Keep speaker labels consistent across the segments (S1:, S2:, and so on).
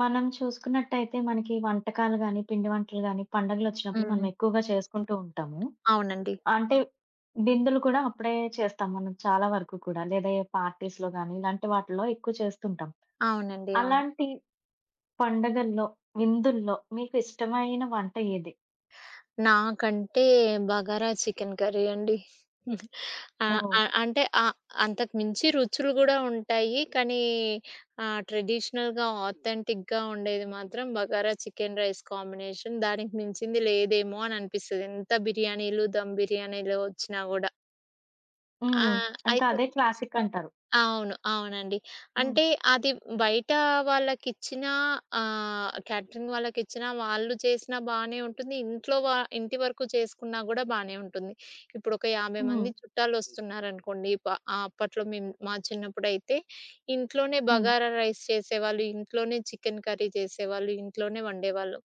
S1: మనం చూసుకున్నట్టయితే మనకి వంటకాలు గాని, పిండి వంటలు గాని పండగలొచ్చినప్పుడు మనం
S2: హ్మ్.
S1: ఎక్కువగా చేసుకుంటూ ఉంటాము.
S2: అవునండి.
S1: అంటే విందులు కూడా అప్పుడే చేస్తాం మనం చాలా వరకు కూడా. లేదా ఏ పార్టీస్‌లో గాని ఇలాంటి వాటిల్లో ఎక్కువ చేస్తుంటాం.
S2: అవునండి. అవును.
S1: అలాంటి పండగల్లో, విందుల్లో మీకు ఇష్టమైన వంట ఏది?
S2: నాకంటే బగారా చికెన్ కర్రీ అండి. ఆ!
S1: ఓహ్!
S2: ఆ! అంటే ఆహ్, అంతకు మించి రుచులు గూడా ఉంటాయి. కానీ ట్రెడిషనల్‌గా, ఆథెంటిక్‌గా ఉండేది మాత్రం బగారా చికెన్ రైస్ కాంబినేషన్. దానికి మించింది లేదేమో అని అనిపిస్తది. ఎంత బిర్యానీలు, దమ్ బిర్యానీలు వచ్చినా గూడా. ఆ!
S1: హ్మ్. ఇంకా
S2: అయితే
S1: అదే క్లాసిక్ అంటారు.
S2: అవును. అవునండి.
S1: హ్మ్.
S2: అంటే అది బయట వాళ్ళకిచ్చినా, క్యాటరింగ్ వాళ్ళకిచ్చినా వాళ్ళు చేసినా బానే ఉంటుంది. ఇంట్లో వ ఇంటి వరకు చేసుకున్నా గూడా బానే ఉంటుంది. ఇప్పుడొక 50
S1: హ్మ్.
S2: మంది చుట్టాలొస్తున్నారనుకోండి. అప్పట్లో మా చిన్నప్పుడైతే ఇంట్లోనే
S1: హ్మ్.
S2: బగారా రైస్ చేసేవాళ్ళు, ఇంట్లోనే చికెన్ కర్రీ చేసేవాళ్ళు, ఇంట్లోనే వండేవాళ్ళు.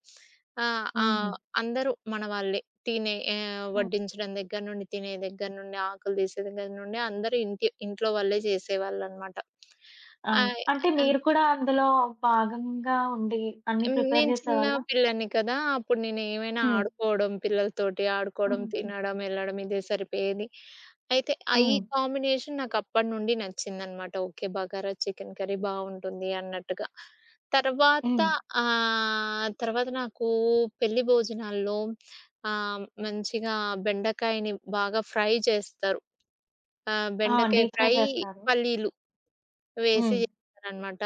S2: ఆహ్,
S1: హుహు.
S2: ఆహ్, అందరూ మన వాళ్ళే.
S1: హ్మ్.
S2: వడ్డించడం దగ్గర నుండి, తినే దగ్గర నుండి, ఆకులు తీసే దగ్గర నుండి అందరూ ఇంట్లో వాళ్ళే చేసేవాళ్ళనమాట.
S1: అవును.
S2: ఆహ్,
S1: అంటే
S2: ఆ!
S1: మీరు కూడా అందులో భాగంగా ఉండి అన్నీ
S2: హ్మ్.
S1: ప్రిపేర్
S2: నేను చిన్న
S1: చేసేవాళ్ళా?
S2: పిల్లని కదా! అప్పుడు నేనేమైనా
S1: హ్మ్.
S2: ఆడుకోవడం, పిల్లలతోటి ఆడుకోవడం,
S1: హ్మ్. హుహు.
S2: తినడం, ఎళ్ళడం ఇదే సరిపోయేది. అయితే ఆ ఈ
S1: హ్మ్.
S2: కాంబినేషన్ నాకప్పటి నుండి నచ్చిందనమాట. ఓకే. బగారా చికెన్ కర్రీ బావుంటుంది అన్నట్టుగా. తర్వాత
S1: హ్మ్.
S2: తర్వాత నాకు పెళ్లి భోజనాల్లో మంచిగా బెండకాయని బాగా ఫ్రై చేస్తారు.
S1: ఆ!
S2: బెండకాయ
S1: డీప్ ఫ్రై
S2: ఫ్రై,
S1: చేస్తారు.
S2: పల్లీలు వేసి
S1: హ్మ్.
S2: చేస్తారనమాట.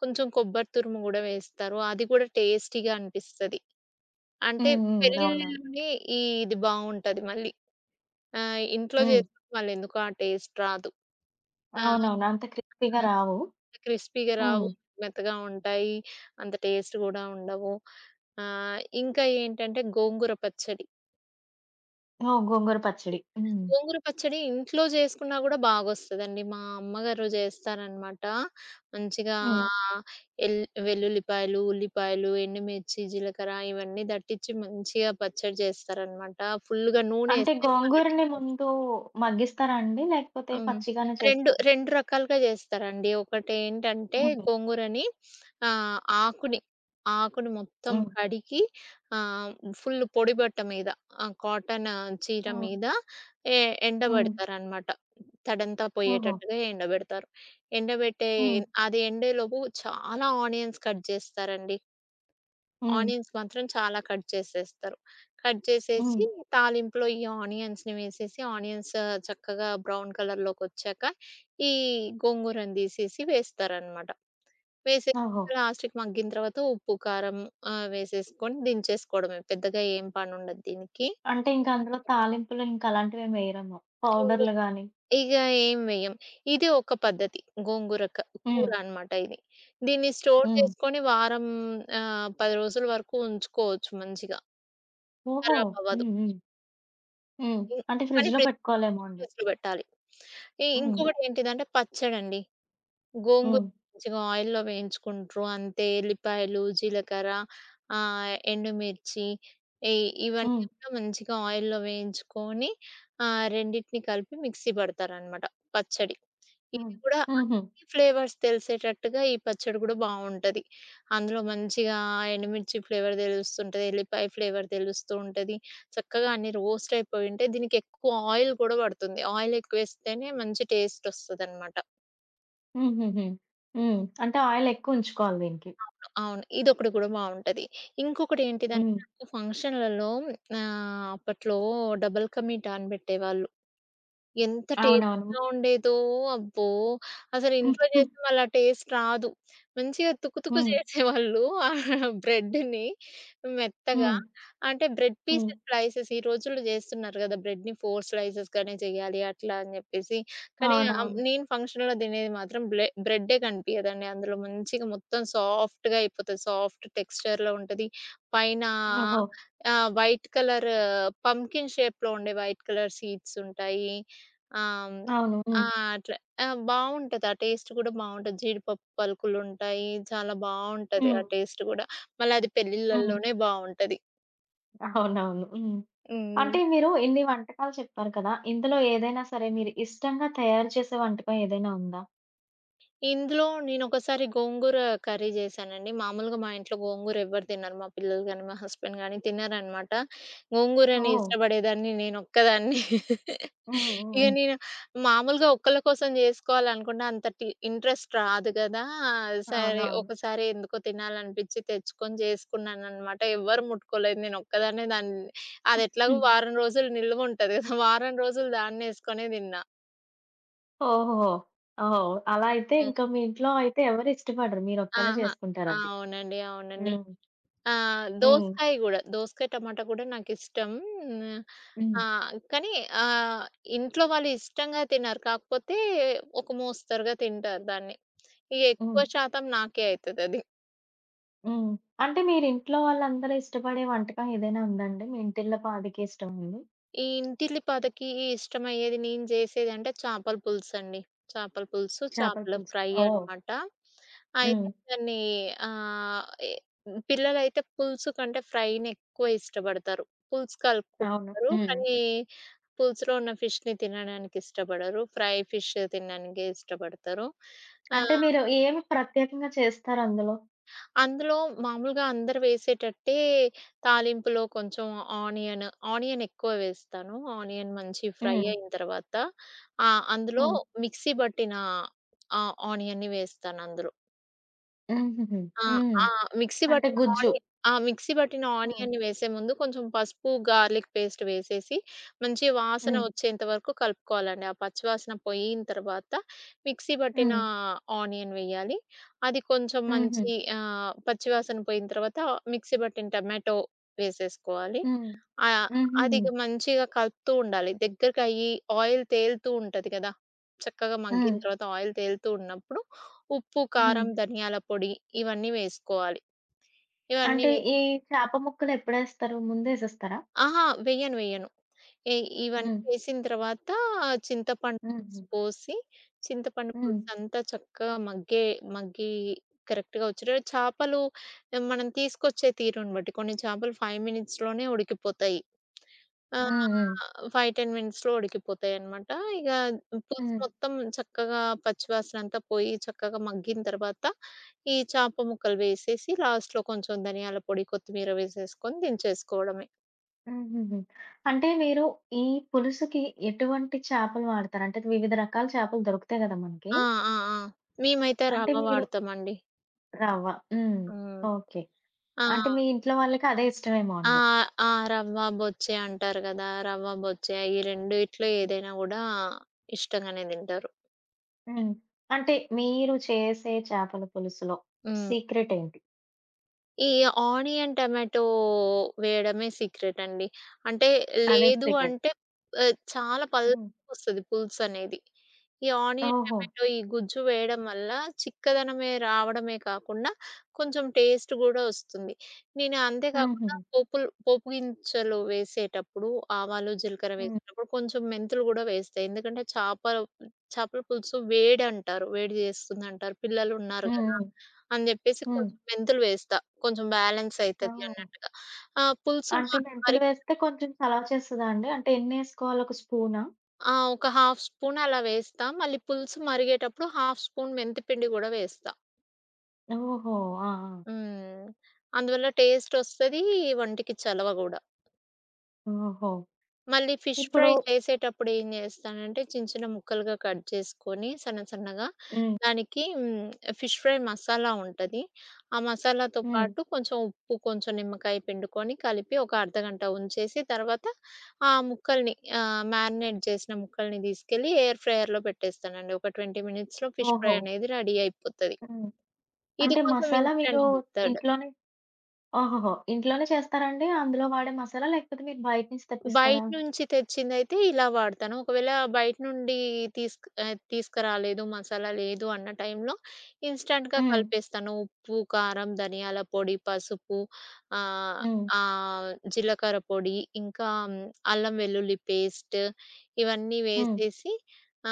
S2: కొంచెం కొబ్బరి తురుము గూడా వేస్తారు. అది కూడా టేస్టీగా అనిపిస్తది. అంటే
S1: హ్మ్. హ్మ్. అవునవును.
S2: పెరుగులోనే ఇది బావుంటది మళ్ళీ. ఇంట్లో
S1: హ్మ్.
S2: చేస్తే మళ్ళెందుకో ఆ టేస్ట్ రాదు. ఆ!
S1: అవునవును. అంత క్రిస్పీ‌గా రావు.
S2: క్రిస్పీగా రావు,
S1: హ్మ్.
S2: మెత్తగా ఉంటాయి, అంత టేస్ట్ గూడా ఉండవు. ఇంకా ఏంటంటే గోంగూర పచ్చడి.
S1: ఓహ్! గోంగూర పచ్చడి. హ్మ్.
S2: గోంగూర పచ్చడి ఇంట్లో చేసుకున్నా గూడా బాగొస్తదండి. మా అమ్మగారు జేస్తారనమాట. మంచిగా
S1: హ్మ్.
S2: ఎల్ వెల్లుల్లిపాయలు, ఉల్లిపాయలు, ఎండుమిర్చి, జీలకర్ర ఇవన్నీ దట్టిచ్చి మంచిగా పచ్చడి జేస్తారనమాట. ఫుల్‌గా నూనె
S1: అంటే
S2: ఏస్తే మళ్ళీ
S1: గోంగూరని
S2: టేస్ట్.
S1: ముందు మగ్గిస్తారా అండి? లేకపోతే
S2: హ్మ్.
S1: పచ్చిగానే
S2: 2,
S1: చేస్తారా?
S2: 2 రకాలుగా జేస్తారండి. ఒకటేంటంటే
S1: హ్మ్.
S2: గోంగూరని ఆహ్, ఆకుని, ఆకుని మొత్తం
S1: హ్మ్.
S2: కడిగి ఆహ్, ఫుల్ పొడి బట్ట మీద, కాటన్ చీర
S1: హ్మ్.
S2: మీద ఎ
S1: హ్మ్.
S2: ఎండబెడతారనమాట. తడంతా
S1: ఓహో!
S2: పోయేటట్టుగా ఎండబెడతారు. ఎండబెట్టే
S1: హ్మ్.
S2: అది ఎండేలోపు చాలా ఆనియన్స్ కట్ జేస్తారండి.
S1: హ్మ్.
S2: ఆనియన్స్ మాత్రం చాలా కట్ చేసేస్తారు. కట్
S1: హ్మ్.
S2: చేసేసి తాలింపులో ఈ ఆనియన్స్‌ని వేసేసి, ఆనియన్స్ చక్కగా బ్రౌన్ కలర్‌లోకొచ్చాక ఈ గోంగూరను తీసేసి వేస్తారనమాట. వేసేసి
S1: ఓహో!
S2: లాస్ట్‌కి మగ్గిన తర్వాత ఉప్పు, కారం వేసేసుకొని దించేసుకోవడమే. పెద్దగా ఏం పనుండదు దీనికి.
S1: అంటే ఇంక అందులో తాలింపులు ఇంక అలాంటివేమి వేయరేమో.
S2: ఇగ
S1: పౌడర్‌లు గాని.
S2: ఇగ ఏం వేయం. ఇది ఒక పద్ధతి. గోంగూర కూర
S1: హ్మ్.
S2: అనమాట ఇది. దీన్ని స్టోర్
S1: హ్మ్.
S2: చేసుకొని వారం, 10 రోజుల వరకు ఉంచుకోవచ్చు మంచిగా.
S1: ఓహో!
S2: ఖరాబవ్వదు.
S1: హ్మ్. హ్మ్. హ్మ్.
S2: హ్మ్.
S1: అంటే
S2: కానీ
S1: ఫ్రిడ్జ్‌లో పెట్టుకోవాలేమో అండి.
S2: టేస్ట్‌లో పెట్టాలి.
S1: హ్మ్.
S2: ఇంకొకటేంటిదంటే పచ్చడండి. గోంగూర
S1: హ్మ్.
S2: మంచిగా ఆయిల్‌లో వేయించుకుంట్రు. అంతే ఎల్లిపాయలు, జీలకర్ర, ఎండుమిర్చి ఇ ఇవన్నీ
S1: హ్మ్.
S2: కూడా మంచిగా ఆయిల్‌లో వేయించుకొని రెండిటిని కలిపి మిక్సీ పడతారనమాట పచ్చడి.
S1: హ్మ్.
S2: ఇది కూడా
S1: హుహు.
S2: అన్ని ఫ్లేవర్స్ తెలిసేటట్టుగా ఈ పచ్చడి కూడా బావుంటది. అందులో మంచిగా ఎండుమిర్చి ఫ్లేవర్ తెలుస్తుంటది. ఎల్లిపాయ ఫ్లేవర్ తెలుస్తూ ఉంటది. చక్కగా అన్ని రోస్ట్ అయిపోయి ఉంటాయి. దీనికి ఎక్కువ ఆయిల్ కూడా పడుతుంది. ఆయిల్ ఎక్కువేస్తేనే మంచి టేస్ట్ ఒస్తదనమాట.
S1: హుహుహు. హ్మ్. అంటే ఆయిలెక్కువ ఉంచుకోవాలి దీనికి.
S2: అవును. అవును. ఇదొకటి కూడా బావుంటది. ఇంకొకటి ఏంటిదంటే
S1: హ్మ్.
S2: నాకు ఫంక్షన్‌లలో అప్పట్లో డబుల్ కా మీఠా అని పెట్టేవాళ్ళు. ఎంత
S1: అవునవును.
S2: టేస్టీగా ఉండేదో! అబ్బో! అసలు ఇంట్లో చేస్తే మళ్ళా టేస్ట్ రాదు. మంచిగా తుకు తుకు
S1: హ్మ్.
S2: చేసేవాళ్ళు ఆ బ్రెడ్‌ని మెత్తగా.
S1: హ్మ్.
S2: అంటే బ్రెడ్
S1: హ్మ్.
S2: పీసెస్ స్లైసెస్ ఈ రోజుల్లో చేస్తున్నారు కదా! బ్రెడ్‌ని 4 స్లైసెస్ గానే చేయాలి అట్లా అని చెప్పేసి. కానీ
S1: అవునవును.
S2: నేను ఫంక్షన్‌లో తినేది మాత్రం బ్రెడ్డే కనిపియదండి. అందులో మంచిగా మొత్తం సాఫ్ట్‌గా అయిపోతది. సాఫ్ట్ టెక్స్చర్‌లో ఉంటది. పైన
S1: ఓహో!
S2: ఆహ్, వైట్ కలర్ పంకిన్ షేప్‌లో ఉండే వైట్ కలర్ సీడ్స్ ఉంటాయి. ఆ! హ్మ్.
S1: అవును. హ్మ్.
S2: ఆ! అట్లా. ఆ! బావుంటది. ఆ టేస్ట్ కూడా బావుంటది. జీడిపప్పు పలుకులుంటాయి. చాలా బావుంటది
S1: హ్మ్.
S2: ఆ టేస్ట్ గూడా. మళ్ళది
S1: హ్మ్.
S2: పెళ్ళిళ్ళలోనే బావుంటది.
S1: అవునవును. హ్మ్.
S2: హ్మ్.
S1: అంటే మీరు ఇన్ని వంటకాలు చెప్పారు కదా! ఇందులో ఏదైనా సరే మీరు ఇష్టంగా తయారు చేసే వంటకం ఏదైనా ఉందా?
S2: ఇందులో నేనొకసారి గోంగూర కర్రీ జేశానండి. మామూలుగా మా ఇంట్లో గోంగూర ఎవ్వరు తినరు. మా పిల్లలు గాని, మా హస్బెండ్ గాని తినరనమాట. గోంగూరని
S1: ఓహ్!
S2: ఇష్టపడేదాన్ని నేనొక్కదాన్ని. ఇగ
S1: హ్మ్. హ్మ్. హ్మ్.
S2: మామూలుగా ఒక్కళ్ళ కోసం జేసుకోవాలనుకున్న అంత ఇంట్రెస్ట్ రాదు గదా! సరే
S1: అవునవును.
S2: ఒకసారి ఎందుకో తినాలనిపిచ్చి తెచ్చుకొని జేసుకున్నాననమాట. ఎవ్వరు ముట్టుకోలేదు. నేనొక్కదాన్నే దాన్ని. అదెట్లాగో
S1: హ్మ్.
S2: వారం రోజులు నిల్వుంటది గదా! వారం రోజులు దాన్నేసుకొనే తిన్నా.
S1: ఓహోహో! ఓహో! అలా అయితే ఇంకా
S2: ఆహా!
S1: మీ ఇంట్లో అయితే ఎవరు ఇష్టపడరు. మీరొక్కళ్ళే
S2: ఆహా! ఆ!
S1: చేసుకుంటారది.
S2: అవునండి. అవునండి.
S1: హ్మ్.
S2: ఆ!
S1: హ్మ్.
S2: దోసకాయ గూడా. దోసకాయ, టమాటా కూడా నాకిష్టం. హ్మ్.
S1: హ్మ్.
S2: కానీ ఆహ్, ఇంట్లో వాళ్ళు ఇష్టంగా తినరు. కాకపోతే ఒక మోస్తరుగా తింటారు దాన్ని. ఇగ
S1: హ్మ్.
S2: ఎక్కువ శాతం నాకే అయితదది.
S1: హ్మ్. అంటే మీరింట్లో వాళ్ళందరూ ఇష్టపడే వంటకం ఏదైనా ఉందండి? మీ ఇంటిల్ల పాదికి ఇష్టమైంది?
S2: ఇంటిల్లిపాదకి ఇష్టమయ్యేది నేను జేసేదంటే చేపల పులుసండి. చేపల పులుసు,
S1: చేపల
S2: చేపల
S1: పులుసు.
S2: ఫ్రై
S1: ఓహ్!
S2: అన్నమాట.
S1: హ్మ్.
S2: అయితే దాన్ని ఆహ్, ఎ పిల్లలైతే పులుసు కంటే ఫ్రైనెక్కువ ఇష్టపడతారు. పులుసు
S1: అవును.
S2: కలుపుకుంటారు.
S1: హ్మ్.
S2: కానీ పులుసులో ఉన్న ఫిష్‌ని తినడానికి ఇష్టపడరు. ఫ్రై ఫిష్ తినడానికే ఇష్టపడతారు. ఆ!
S1: అంటే మీరు ఏమి ప్రత్యేకంగా చేస్తారు అందులో?
S2: అందులో మామూలుగా అందరూ వేసేటట్టే తాలింపులో కొంచెం ఆనియన్, ఆనియన్ ఎక్కువ వేస్తాను. ఆనియన్ మంచి ఫ్రై
S1: హ్మ్.
S2: అయిన తర్వాత, ఆ! అందులో
S1: హ్మ్.
S2: మిక్సీ బట్టిన ఆ ఆనియన్‌ని వేస్తానందులో.
S1: హుహుహు.
S2: ఆ!
S1: హ్మ్.
S2: ఆ! మిక్సీ
S1: అంటే
S2: పట్టిన
S1: గుజ్జు.
S2: ఆని ఆ! మిక్సీ పట్టిన
S1: హ్మ్.
S2: ఆనియన్‌ని వేసే ముందు కొంచెం పసుపు, గార్లిక్ పేస్ట్ వేసేసి, మంచి వాసన
S1: హ్మ్.
S2: వచ్చేంత వరకు కలుపుకోవాలండి. ఆ పచ్చివాసన పోయిన తర్వాత మిక్సీ పట్టిన
S1: హ్మ్.
S2: ఆనియన్ వేయాలి. అది కొంచెం
S1: హుహు.
S2: మంచి ఆహ్, పచ్చివాసన పోయిన తర్వాత మిక్సీ పట్టిన టమాటో వేసేసుకోవాలి.
S1: హ్మ్.
S2: ఆహ్, అది
S1: హుహుహు.
S2: ఇక మంచిగా కలుపుతూ ఉండాలి. దగ్గరకయ్యి ఆయిల్ తేలుతూ ఉంటది కదా! చక్కగా
S1: హ్మ్.
S2: మగ్గిన తర్వాత ఆయిల్ తేలుతూ ఉన్నప్పుడు ఉప్పు,
S1: హ్మ్.
S2: కారం, ధనియాల పొడి ఇవన్నీ వేసుకోవాలి. ఇవన్నీ
S1: అంటే
S2: వేసి
S1: ఈ చేప ముక్కలు ఎప్పుడేస్తారు? ముందేసేస్తారా?
S2: అహా! వెయ్యను. వెయ్యను. ఇ ఇవన్నీ
S1: హ్మ్.
S2: వేసిన తర్వాత చింతపండు
S1: హుహు.
S2: పులుసు పోసి, చింతపండు
S1: హ్మ్.
S2: పులుసంతా చక్కగా మగ్గి కరెక్ట్‌గా వచ్చేటట్టు చేపలు, మనం తీసుకొచ్చే తీరుని బట్టి కొన్ని చేపలు 5 మినిట్స్‌లోనే ఉడికిపోతాయి. ఆ!
S1: హ్మ్. హ్మ్.
S2: 5, 10 మినిట్స్‌లో ఉడికిపోతాయన్నమాట. ఇగ పులుసు
S1: హ్మ్.
S2: మొత్తం చక్కగా పచ్చివాసనంతా పోయి చక్కగా మగ్గిన తర్వాత ఈ చేప ముక్కలు వేసేసి లాస్ట్‌లో కొంచెం ధనియాల పొడి, కొత్తిమీర వేసేసుకొని దించేసుకోవడమే.
S1: హుహుహు. అంటే మీరు ఈ పులుసుకి ఎటువంటి చేపలు వాడతారు? అంటే వివిధ రకాల చేపలు దొరుకుతాయి గదా! మనకి.
S2: ఆ! ఆ! ఆ! మేమైతే
S1: అంటే
S2: రవ్వ
S1: మీరు
S2: వాడతామండి.
S1: రవ్వ. హ్మ్.
S2: హ్మ్.
S1: ఓకే.
S2: ఆ!
S1: అంటే మీ ఇంట్లో వాళ్ళకి అదే ఇష్టమేమో
S2: ఆ!
S1: అండి.
S2: ఆ! రవ్వ, బొచ్చే అంటారు గదా! రవ్వ, బొచ్చే ఈ రెండిట్లో ఏదైనా గూడా ఇష్టంగానే తింటారు.
S1: హ్మ్. అంటే మీరు చేసే చేపల పులుసులో
S2: హ్మ్.
S1: సీక్రెట్ ఏంటి?
S2: ఈ ఆనియన్, టమాటో వేయడమే సీక్రెట్ అండి. అంటే
S1: అదే
S2: లేదు
S1: సీక్రెట్.
S2: అంటే ఆహ్, చాలా
S1: హ్మ్.
S2: పల్చగొస్తది పులుసనేది. ఈ ఆనియన్,
S1: ఓహో!
S2: టమాటో ఈ గుజ్జు వేయడం వల్ల చిక్కదనమే రావడమే కాకుండా కొంచెం టేస్ట్ గూడా ఒస్తుంది. నేను అంతే
S1: హుహు.
S2: కాకుండా పోపు గింజలు వేసేటప్పుడు, ఆవాలు, జీలకర్ర
S1: హ్మ్. హ్మ్.
S2: వేసేటప్పుడు కొంచెం మెంతులు గూడా వేస్తా. ఎందుకంటే చేపల చేపల పులుసు వేడంటారు. వేడి జేస్తుందంటారు. పిల్లలున్నారు గదా!
S1: హ్మ్.
S2: అని జెప్పేసి
S1: హ్మ్.
S2: కొంచెం మెంతులు వేస్తా. కొంచెం బ్యాలెన్స్ అయితది
S1: ఓహ్!
S2: అన్నట్టుగా. ఆహ్, పులుసు మ
S1: అంటే మెంతులు
S2: మరిగి
S1: వేస్తే కొంచెం చలవ చేస్తదా అండి? అంటే ఎన్నేసుకోవాలి? ఒక స్పూనా?
S2: ఆ! ఒక హాఫ్ స్పూన్ అలా వేస్తా. మళ్ళీ పులుసు మరిగేటప్పుడు హాఫ్ స్పూన్ మెంతి పిండి గూడా వేస్తా.
S1: ఓహో! ఆ! ఆ!
S2: హ్మ్. అందువల్ల టేస్ట్ ఒస్తది. వంటికి చలవ గూడా.
S1: ఓహో!
S2: మళ్ళీ ఫిష్
S1: ఇప్పుడు
S2: ఫ్రై చేసేటప్పుడు ఏం చేస్తానంటే, చిన్న చిన్న ముక్కలుగా కట్ చేసుకొని సన్న సన్నగా,
S1: హ్మ్.
S2: దానికి ఫిష్ ఫ్రై మసాలా ఉంటది. ఆ మసాలాతో
S1: హ్మ్.
S2: పాటు కొంచెం ఉప్పు, కొంచెం నిమ్మకాయ పిండుకొని కలిపి ఒక అర్ధగంట ఉంచేసి, తర్వాత ఆ ముక్కల్ని, మ్యారినేట్ చేసిన ముక్కల్ని తీసుకెళ్ళి ఎయిర్ ఫ్రైయర్‌లో పెట్టేస్తానండి. ఒక 20 మినిట్స్‌లో ఫిష్
S1: ఓహో!
S2: ఫ్రై అనేది రెడీ అయిపోతది.
S1: హ్మ్.
S2: ఇది
S1: అంటే
S2: కొంచెం
S1: మసాలా మీరు
S2: ఇన్‌స్టంట్ మెథడ్.
S1: ఇంట్లోనే ఓహోహో! ఇంట్లోనే చేస్తారండి? అందులో వాడే మసాలా? లేకపోతే మీరు బయట నుంచి
S2: బయట
S1: తెప్పిస్తారా?
S2: నుంచి తెచ్చిందైతే ఇలా వాడతాను. ఒకవేళ బయట నుండి తీసుక్ ఆహ్, తీసుకురాలేదు, మసాలా లేదు అన్న టైంలో ఇన్‌స్టంట్‌గా
S1: హ్మ్.
S2: కలిపేస్తాను. ఉప్పు, కారం, ధనియాల పొడి, పసుపు ఆహ్,
S1: హ్మ్.
S2: ఆహ్, జీలకర్ర పొడి, ఇంకా అల్లం వెల్లుల్లి పేస్ట్ ఇవన్నీ
S1: హ్మ్.
S2: వేసేసి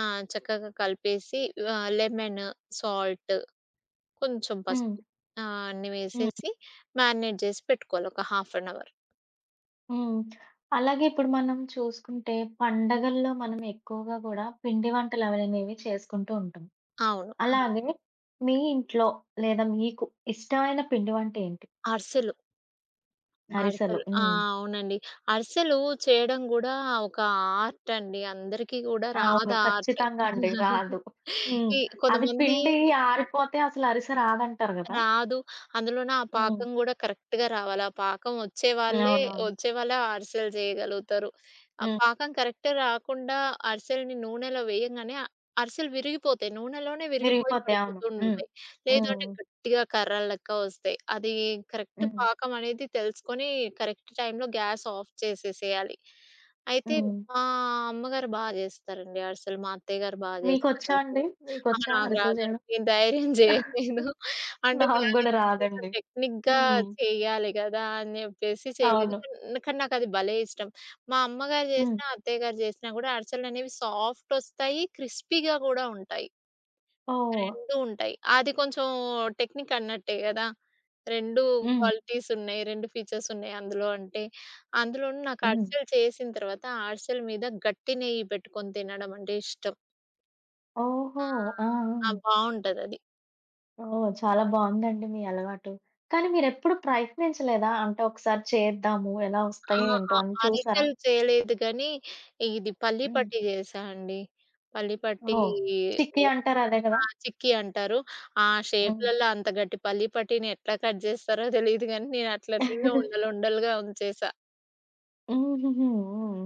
S2: చక్కగా కలిపేసి, లెమన్, సాల్ట్, కొంచెం
S1: హ్మ్.
S2: పసుపు ఆహ్, అన్నీ
S1: హ్మ్.
S2: వేసేసి మ్యారినేట్ చేసి పెట్టుకోవాలి ఒక హాఫ్ అన్ అవర్.
S1: హ్మ్. అలాగే ఇప్పుడు మనం చూసుకుంటే పండగల్లో మనం ఎక్కువగా గూడా పిండి వంటలవనేవి చేసుకుంటూ ఉంటాం.
S2: అవును.
S1: అలాగే మీ ఇంట్లో లేదా మీకు ఇష్టమైన పిండి వంట ఏంటి?
S2: అరిసెలు.
S1: అరిసెలు.
S2: అరిసెలు. ఆ!
S1: హ్మ్.
S2: అవునండి. అరిసెలు చేయడం గూడా ఒక ఆర్ట్ అండి. అందరికీ గూడా
S1: అవును.
S2: రాదు ఆ ఆర్ట్.
S1: ఖచ్చితంగా అండి. రాదు. హ్మ్.
S2: ఈ
S1: అది
S2: కొంతమంది
S1: పిండి ఆరిపోతే అసలు అరిసె రాదంటారు గదా!
S2: రాదు. అందులోన ఆ
S1: హ్మ్.
S2: పాకం గూడా కరెక్ట్‌గా రావాలి. ఆ పాకం వచ్చేవాళ్ళే
S1: అవునవును.
S2: వచ్చేవాళ్ళే ఆ అరిసెలు చేయగలుగుతారు. ఆ
S1: హ్మ్.
S2: పాకం కరెక్ట్ రాకుండా అరిసెలని నూనెలో వేయంగానే అరిసెలు విరిగిపోతాయి. నూనెలోనే విరిగిపోయి
S1: విరిగిపోతాయి. అవును.
S2: పడిపోతూ
S1: హ్మ్.
S2: ఉంటాయి. లేదు అంటే
S1: హ్మ్.
S2: గట్టిగా కర్రల లెక్క వస్తాయి. అది కరెక్ట్
S1: హ్మ్.
S2: పాకం అనేది తెలుసుకొని కరెక్ట్ టైంలో గ్యాస్ ఆఫ్ చేసేసేయాలి. అయితే
S1: హ్మ్.
S2: మా అమ్మగారు బా జేస్తారండి అరిసెలు. మా అత్తయ్య గారు బా జేస్తారు
S1: మీకొచ్చా
S2: అరిసెలు.
S1: అండి?
S2: "ఆహా!
S1: మీకొచ్చా
S2: నాకు
S1: అరిసెలు
S2: రాదండి.
S1: చేయడం?
S2: నేను ధైర్యం జేయలేదు." అంటే
S1: నాకు గూడా
S2: మేనేజ్ కొంచెం
S1: రాదండి.
S2: టెక్నిక్‌గా
S1: హ్మ్.
S2: చేయాలి గదా! అని జెప్పేసి చేయలేదు.
S1: అవును.
S2: కానీ కానీ నాకది భలే ఇష్టం. మా అమ్మగారు
S1: హ్మ్.
S2: జేసినా, అత్తయ్య గారు జేసినా గూడా అరిసెలనేవి సాఫ్టొస్తాయి. క్రిస్పీగా గూడా ఉంటాయి.
S1: ఓహ్!
S2: 2 ఉంటాయి. అది కొంచెం టెక్నిక్ అన్నట్టే గదా! 2
S1: హ్మ్.
S2: క్వాలిటీస్ ఉన్నాయి. 2 ఫీచర్స్ ఉన్నాయి అందులో అంటే. అందులోనూ నాకు
S1: హ్మ్.
S2: అరిసెలు చేసిన తర్వాత ఆ అరిసెల మీద గట్టి నెయ్యి పెట్టుకొని తినడం అంటే ఇష్టం.
S1: ఓహో!
S2: ఆ!
S1: ఆ!
S2: ఆ! బావుంటదది.
S1: ఆ! ఓహ్! చాలా బావుందండి మీ అలవాటు. కానీ మీరెప్పుడు ప్రయత్నించలేదా? అంటే ఒకసారి చేద్దాము, ఎలా వస్తాయో
S2: ఆహా!
S1: ఏంటో అని చూసారా?
S2: అరిసెలు చేయలేదు గానీ, ఇది పల్లి
S1: హ్మ్.
S2: పట్టి చేశా అండి. పల్లి పట్టీ.
S1: ఓహ్! చిక్కీ
S2: ఓహ్!
S1: అంటారు అదే గదా!
S2: ఆ! చిక్కీ అంటారు. ఆ
S1: హ్మ్.
S2: షేప్‌లలో అంత గట్టి పల్లి పట్టీని ఎట్లా కట్ చేస్తారో తెలీదు గానీ, నేను అట్లట్లనే ఉండలుండలుగా ఉంచేశా.
S1: హుహుహు. హ్మ్.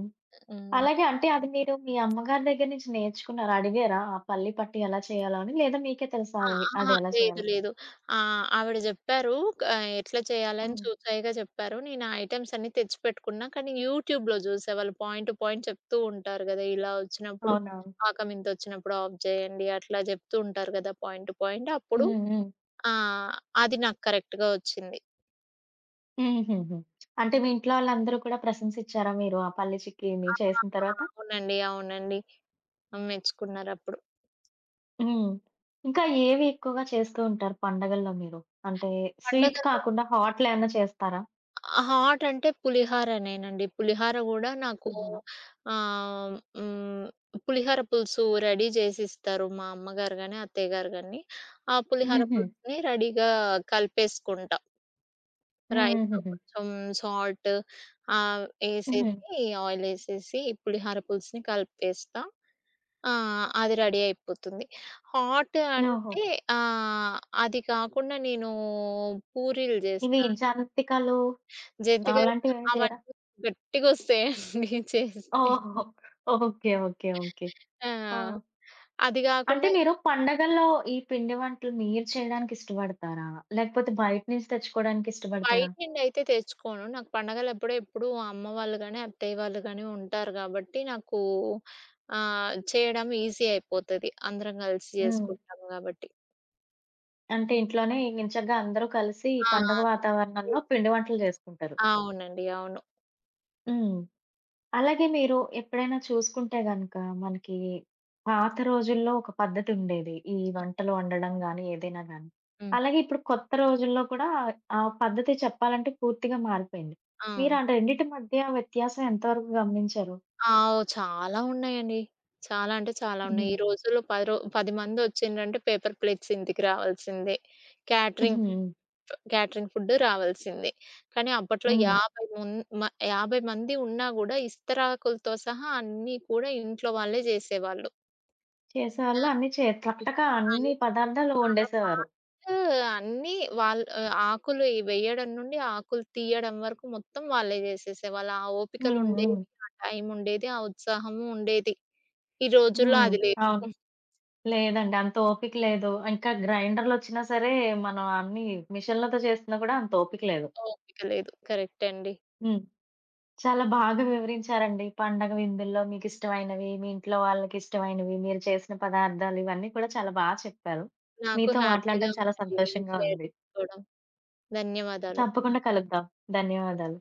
S2: హ్మ్.
S1: అలాగే అంటే అది మీరు మీ అమ్మగారి దగ్గర నుంచి నేర్చుకున్నారా? అడిగారా? ఆ పల్లి పట్టి ఎలా చేయాలో అని? లేదా మీకే తెలుసా
S2: ఆ!
S1: అవి
S2: అహా!
S1: అది ఎలా
S2: లేదు.
S1: చేయాలో?
S2: లేదు. ఆవిడ జెప్పారు. క ఎట్లా చేయాలని
S1: హ్మ్.
S2: చూసాయిగా జెప్పారు. నేను ఆ ఐటెమ్స్ అన్నీ తెచ్చిపెట్టుకున్నా. కానీ యూట్యూబ్‌లో జూసా. వాళ్ళు పాయింట్ టు పాయింట్ చెప్తూ ఉంటారు గదా! ఇలా వచ్చినప్పుడు
S1: అవునా?
S2: పాకం ఇంతొచ్చినప్పుడు ఆఫ్ జేయండి. అట్లా జెప్తూ ఉంటారు గదా! Point to point. అప్పుడు
S1: హ్మ్. హ్మ్.
S2: ఆ! అది నాకు కరెక్ట్‌గా వచ్చింది.
S1: హుహుహు. అంటే మీ ఇంట్లో వాళ్ళందరూ కూడా ప్రశంసిచ్చారా మీరు ఆ పల్లి చిక్కీని చేసిన
S2: ఆ!
S1: తర్వాత?
S2: అవునండి. అవునండి. మెచ్చుకున్నారప్పుడు.
S1: హ్మ్. ఇంకా ఏవి ఎక్కువగా చేస్తూ ఉంటారు పండగల్లో మీరు? అంటే స్వీట్
S2: పండగల్లో
S1: కాకుండా హాట్‌లేమన్నా చేస్తారా?
S2: హాట్ అంటే పులిహారనేనండి. పులిహార గూడా నాకు
S1: పులిహోర.
S2: ఆహ్, హ్మ్. పులిహార పులుసు రెడీ జేసిస్తారు మా అమ్మగారు గాని, అత్తయ్య గారు గాని. ఆ పులిహార
S1: హుహు.
S2: పులుసుని రెడీగా కలిపేసుకుంటా. రైస్‌లో
S1: హుహుహు.
S2: కొంచెం సాల్ట్ ఆహ్,
S1: హ్మ్. హ్మ్.
S2: ఏసేసి, ఆయిలేసేసి పులిహార పులుసుని కలిపేస్తా. ఆ! అది రెడీ అయిపోతుంది. హాట్
S1: ఓహో!
S2: అంటే ఆహ్, అది కాకుండా నేను పూరీలు
S1: ఇవి
S2: జేస్తా.
S1: జంతికలు
S2: జంతికలు
S1: అలాంటివేమి చేయరా?
S2: అవన్నీ గట్టిగొస్తాయండి చేస్తే.
S1: ఓహో! ఓకే. ఓకే. ఓకే. ఆ!
S2: ఆ! అది
S1: అంటే
S2: గాకుండా
S1: మీరు పండగల్లో ఈ పిండి వంటలు మీరు చేయడానికి ఇష్టపడతారా? లేకపోతే బయట నుంచి తెచ్చుకోవడానికి ఇష్టపడతారా?
S2: బయటినుండయితే తెచ్చుకోను. నాకు పండగలప్పుడే ఎప్పుడూ అమ్మ వాళ్ళు గాని, అత్తయ్య వాళ్ళు గాని ఉంటారు గాబట్టి నాకు చేయడం ఈజీ అయిపోతది. అందరం గలిసి
S1: హ్మ్.
S2: జేసుకుంటాం గాబట్టి.
S1: అంటే ఇంట్లోనే ఇంచగ్గా అందరూ కలిసి ఈ
S2: ఆ!
S1: పండగ
S2: అందరం కలిసి
S1: వాతావరణంలో పిండి వంటలు చేసుకుంటారు.
S2: అవునండి. అవును.
S1: హ్మ్. అలాగే మీరు ఎప్పుడైనా చూసుకుంటే గనక మనకి పాత రోజుల్లో ఒక పద్ధతి ఉండేది. ఈ
S2: ఆ!
S1: వంటలు వండడం గానీ, ఏదైనా గానీ.
S2: హ్మ్.
S1: అలాగే ఇప్పుడు కొత్త రోజుల్లో కూడా ఆ పద్ధతి చెప్పాలంటే పూర్తిగా మారిపోయింది.
S2: ఆ!
S1: మీరు ఆ రెండిటి మధ్య వ్యత్యాసం ఎంతవరకు గమనించారు?
S2: ఆ! ఓహ్! చాలా ఉన్నాయండి. చాలా అంటే చాలా
S1: హ్మ్.
S2: ఉన్నాయి. ఈ రోజుల్లో పది రో 10 మందొచ్చిండ్రంటే పేపర్ ప్లేట్స్ ఇంటికి రావాల్సిందే. క్యాటరింగ్
S1: హ్మ్.
S2: క్యాటరింగ్ ఫుడ్ రావాల్సిందే. కానీ అప్పట్లో
S1: హ్మ్.
S2: 50 ముం మ 50 మంది ఉన్నా గూడా ఇస్తరాకులతో సహా అన్నీ కూడా ఇంట్లో వాళ్ళే జేసేవాళ్ళు. ఆ!
S1: చేసేవాళ్ళు అన్నీ టకటక అన్ని
S2: అన్నీ
S1: పదార్థాలు
S2: చాలా
S1: వండేసేవారు.
S2: ఫాస్ట్ అన్నీ వాళ్ళు ఆకులు ఈ వేయడం నుండి ఆకులు తీయడం వరకు మొత్తం వాళ్ళే జేసేసేవాళ్ళు. ఆ ఓపికలు
S1: హ్మ్.
S2: ఉండేవి.
S1: హ్మ్.
S2: ఆ టైం ఉండేది. ఆ ఉత్సాహము ఉండేది. ఈ రోజుల్లో
S1: హ్మ్.
S2: అది లేదు.
S1: అవును.
S2: హ్మ్.
S1: లేదండి. అంత ఓపిక లేదు. ఇంకా గ్రైండర్‌లొచ్చినా సరే, మనం అన్నీ మిషన్‌లతో చేస్తున్నా కూడా అంత ఓపిక లేదు.
S2: ఓపిక లేదు. కరెక్టే అండి.
S1: హ్మ్. చాలా బాగా వివరించారండి. పండగ విందుల్లో మీకిష్టమైనవి, మీ ఇంట్లో వాళ్ళకిష్టమైనవి, మీరు చేసిన పదార్థాలు ఇవన్నీ కూడా చాలా బా చెప్పారు.
S2: నాకు
S1: మీతో
S2: హ్యాపీగా
S1: మాట్లాడడం చాలా
S2: ఉందండి ఈవెనింగ్
S1: సంతోషంగా
S2: షేర్
S1: ఉంది.
S2: చేసుకోవడం. ధన్యవాదాలు.
S1: తప్పకుండా కలుద్దాం. ధన్యవాదాలు.